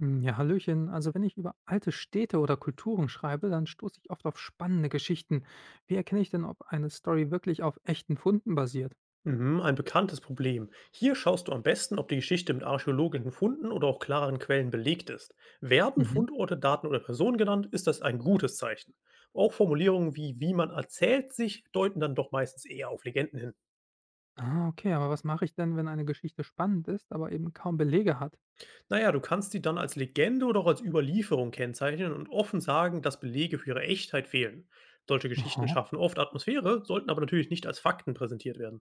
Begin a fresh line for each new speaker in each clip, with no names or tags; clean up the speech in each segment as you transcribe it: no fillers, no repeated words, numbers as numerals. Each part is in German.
Hm, ja, hallöchen. Also wenn ich über alte Städte oder Kulturen schreibe, dann stoße ich oft auf spannende Geschichten. Wie erkenne ich denn, ob eine Story wirklich auf echten Funden basiert?
Mhm, ein bekanntes Problem. Hier schaust du am besten, ob die Geschichte mit archäologischen Funden oder auch klareren Quellen belegt ist. Werden
Mhm.
Fundorte, Daten oder Personen genannt, ist das ein gutes Zeichen. Auch Formulierungen wie wie man erzählt sich deuten dann doch meistens eher auf Legenden hin.
Ah, okay, aber was mache ich denn, wenn eine Geschichte spannend ist, aber eben kaum Belege hat?
Naja, du kannst sie dann als Legende oder auch als Überlieferung kennzeichnen und offen sagen, dass Belege für ihre Echtheit fehlen. Solche Geschichten
Aha.
schaffen oft Atmosphäre, sollten aber natürlich nicht als Fakten präsentiert werden.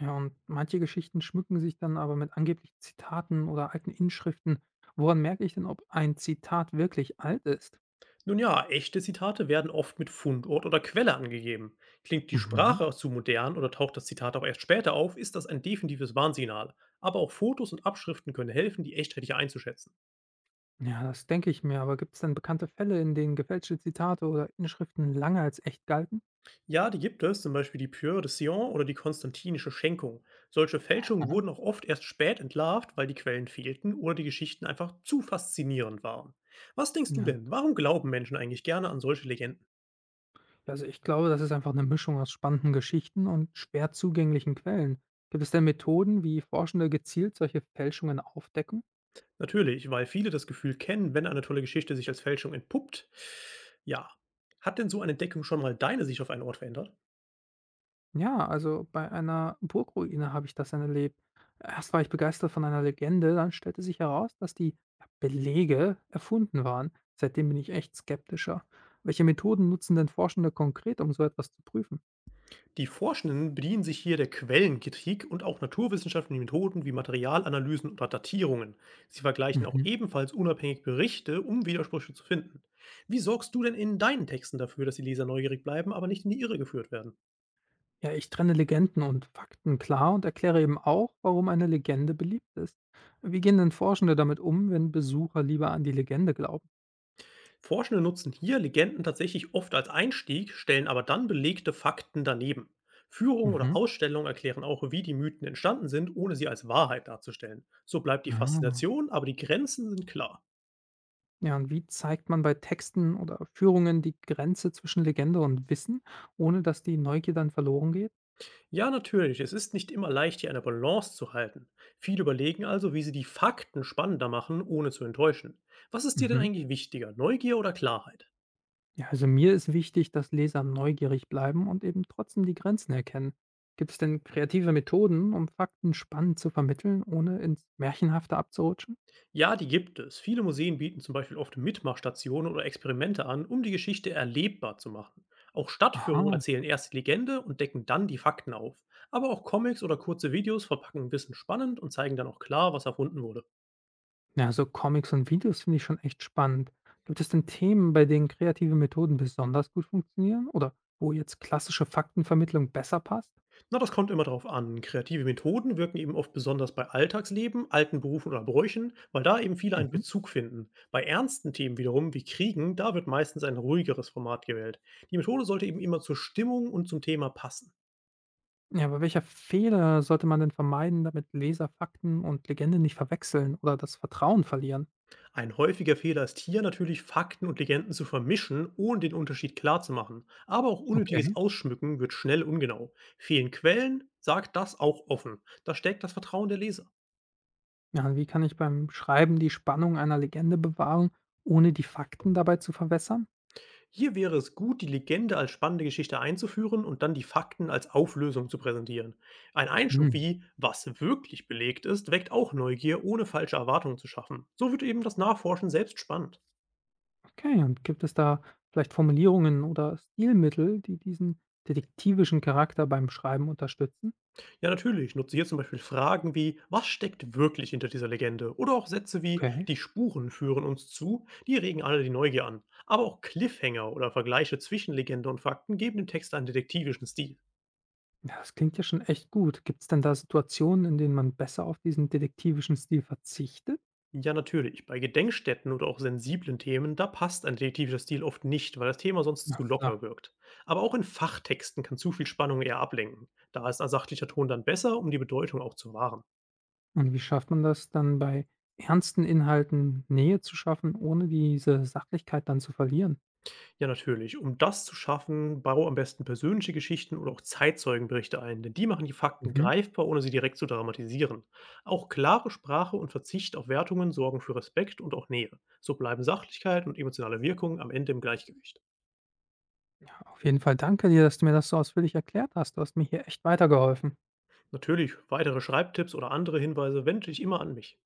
Ja, und manche Geschichten schmücken sich dann aber mit angeblichen Zitaten oder alten Inschriften. Woran merke ich denn, ob ein Zitat wirklich alt ist?
Nun ja, echte Zitate werden oft mit Fundort oder Quelle angegeben. Klingt die
Mhm.
Sprache zu modern oder taucht das Zitat auch erst später auf, ist das ein definitives Warnsignal. Aber auch Fotos und Abschriften können helfen, die Echtheit hier einzuschätzen.
Ja, das denke ich mir, aber gibt es denn bekannte Fälle, in denen gefälschte Zitate oder Inschriften lange als echt galten?
Ja, die gibt es, zum Beispiel die Pure de Sion oder die konstantinische Schenkung. Solche Fälschungen
Aha.
wurden auch oft erst spät entlarvt, weil die Quellen fehlten oder die Geschichten einfach zu faszinierend waren. Was denkst du
Ja,
denn, warum glauben Menschen eigentlich gerne an solche Legenden?
also, ich glaube, das ist einfach eine Mischung aus spannenden Geschichten und schwer zugänglichen Quellen. Gibt es denn Methoden, wie Forschende gezielt solche Fälschungen aufdecken?
Natürlich, weil viele das Gefühl kennen, wenn eine tolle Geschichte sich als Fälschung entpuppt. Ja. Hat denn so eine Entdeckung schon mal deine Sicht auf einen Ort verändert?
Ja, also bei einer Burgruine habe ich das dann erlebt. Erst war ich begeistert von einer Legende, dann stellte sich heraus, dass die Belege erfunden waren. Seitdem bin ich echt skeptischer. Welche Methoden nutzen denn Forschende konkret, um so etwas zu prüfen?
Die Forschenden bedienen sich hier der Quellenkritik und auch naturwissenschaftlichen Methoden wie Materialanalysen oder Datierungen. Sie vergleichen auch
Mhm.
ebenfalls unabhängig Berichte, um Widersprüche zu finden. Wie sorgst du denn in deinen Texten dafür, dass die Leser neugierig bleiben, aber nicht in die Irre geführt werden?
Ja, ich trenne Legenden und Fakten klar und erkläre eben auch, warum eine Legende beliebt ist. Wie gehen denn Forschende damit um, wenn Besucher lieber an die Legende glauben?
Forschende nutzen hier Legenden tatsächlich oft als Einstieg, stellen aber dann belegte Fakten daneben. Führungen oder
Mhm.
Ausstellungen erklären auch, wie die Mythen entstanden sind, ohne sie als Wahrheit darzustellen. So bleibt die
Ah.
Faszination, aber die Grenzen sind klar.
Ja, und wie zeigt man bei Texten oder Führungen die Grenze zwischen Legende und Wissen, ohne dass die Neugier dann verloren geht?
Ja, natürlich, es ist nicht immer leicht, hier eine Balance zu halten. Viele überlegen also, wie sie die Fakten spannender machen, ohne zu enttäuschen. Was ist dir denn
Mhm.
eigentlich wichtiger, Neugier oder Klarheit?
Ja, also mir ist wichtig, dass Leser neugierig bleiben und eben trotzdem die Grenzen erkennen. Gibt es denn kreative Methoden, um Fakten spannend zu vermitteln, ohne ins Märchenhafte abzurutschen?
Ja, die gibt es. Viele Museen bieten zum Beispiel oft Mitmachstationen oder Experimente an, um die Geschichte erlebbar zu machen. Auch
Aha.
Stadtführungen erzählen erst die Legende und decken dann die Fakten auf. Aber auch Comics oder kurze Videos verpacken Wissen spannend und zeigen dann auch klar, was erfunden wurde.
Ja, so Comics und Videos finde ich schon echt spannend. Gibt es denn Themen, bei denen kreative Methoden besonders gut funktionieren oder wo jetzt klassische Faktenvermittlung besser passt?
Na, das kommt immer darauf an. Kreative Methoden wirken eben oft besonders bei Alltagsleben, alten Berufen oder Bräuchen, weil da eben viele einen
Mhm.
Bezug finden. Bei ernsten Themen wiederum wie Kriegen, da wird meistens ein ruhigeres Format gewählt. Die Methode sollte eben immer zur Stimmung und zum Thema passen.
Ja, aber welcher Fehler sollte man denn vermeiden, damit Leser Fakten und Legende nicht verwechseln oder das Vertrauen verlieren?
Ein häufiger Fehler ist hier natürlich, Fakten und Legenden zu vermischen, ohne den Unterschied klarzumachen. Aber auch
Okay.
unnötiges Ausschmücken wird schnell ungenau. Fehlen Quellen, sagt das auch offen. Da stärkt das Vertrauen der Leser.
Ja, und wie kann ich beim Schreiben die Spannung einer Legende bewahren, ohne die Fakten dabei zu verwässern?
Hier wäre es gut, die Legende als spannende Geschichte einzuführen und dann die Fakten als Auflösung zu präsentieren. Ein Einschub
Mhm.
wie, was wirklich belegt ist, weckt auch Neugier, ohne falsche Erwartungen zu schaffen. So wird eben das Nachforschen selbst spannend.
Okay, und gibt es da vielleicht Formulierungen oder Stilmittel, die diesen detektivischen Charakter beim Schreiben unterstützen?
Ja, natürlich nutze hier zum Beispiel Fragen wie, was steckt wirklich hinter dieser Legende? Oder auch Sätze wie,
Okay.
die Spuren führen uns zu, die regen alle die Neugier an. Aber auch Cliffhanger oder Vergleiche zwischen Legende und Fakten geben dem Text einen detektivischen Stil.
Ja, das klingt ja schon echt gut. Gibt es denn da Situationen, in denen man besser auf diesen detektivischen Stil verzichtet?
Ja, natürlich, bei Gedenkstätten oder auch sensiblen Themen, da passt ein detektivischer Stil oft nicht, weil das Thema sonst
Na
zu
klar.
locker wirkt. Aber auch in Fachtexten kann zu viel Spannung eher ablenken. Da ist ein sachlicher Ton dann besser, um die Bedeutung auch zu wahren.
Und wie schafft man das dann bei ernsten Inhalten Nähe zu schaffen, ohne diese Sachlichkeit dann zu verlieren?
Ja, natürlich. Um das zu schaffen, baue am besten persönliche Geschichten oder auch Zeitzeugenberichte ein, denn die machen die Fakten
Mhm.
greifbar, ohne sie direkt zu dramatisieren. Auch klare Sprache und Verzicht auf Wertungen sorgen für Respekt und auch Nähe. So bleiben Sachlichkeit und emotionale Wirkung am Ende im Gleichgewicht.
Auf jeden Fall danke dir, dass du mir das so ausführlich erklärt hast. Du hast mir hier echt weitergeholfen.
Natürlich, weitere Schreibtipps oder andere Hinweise wende ich immer an mich.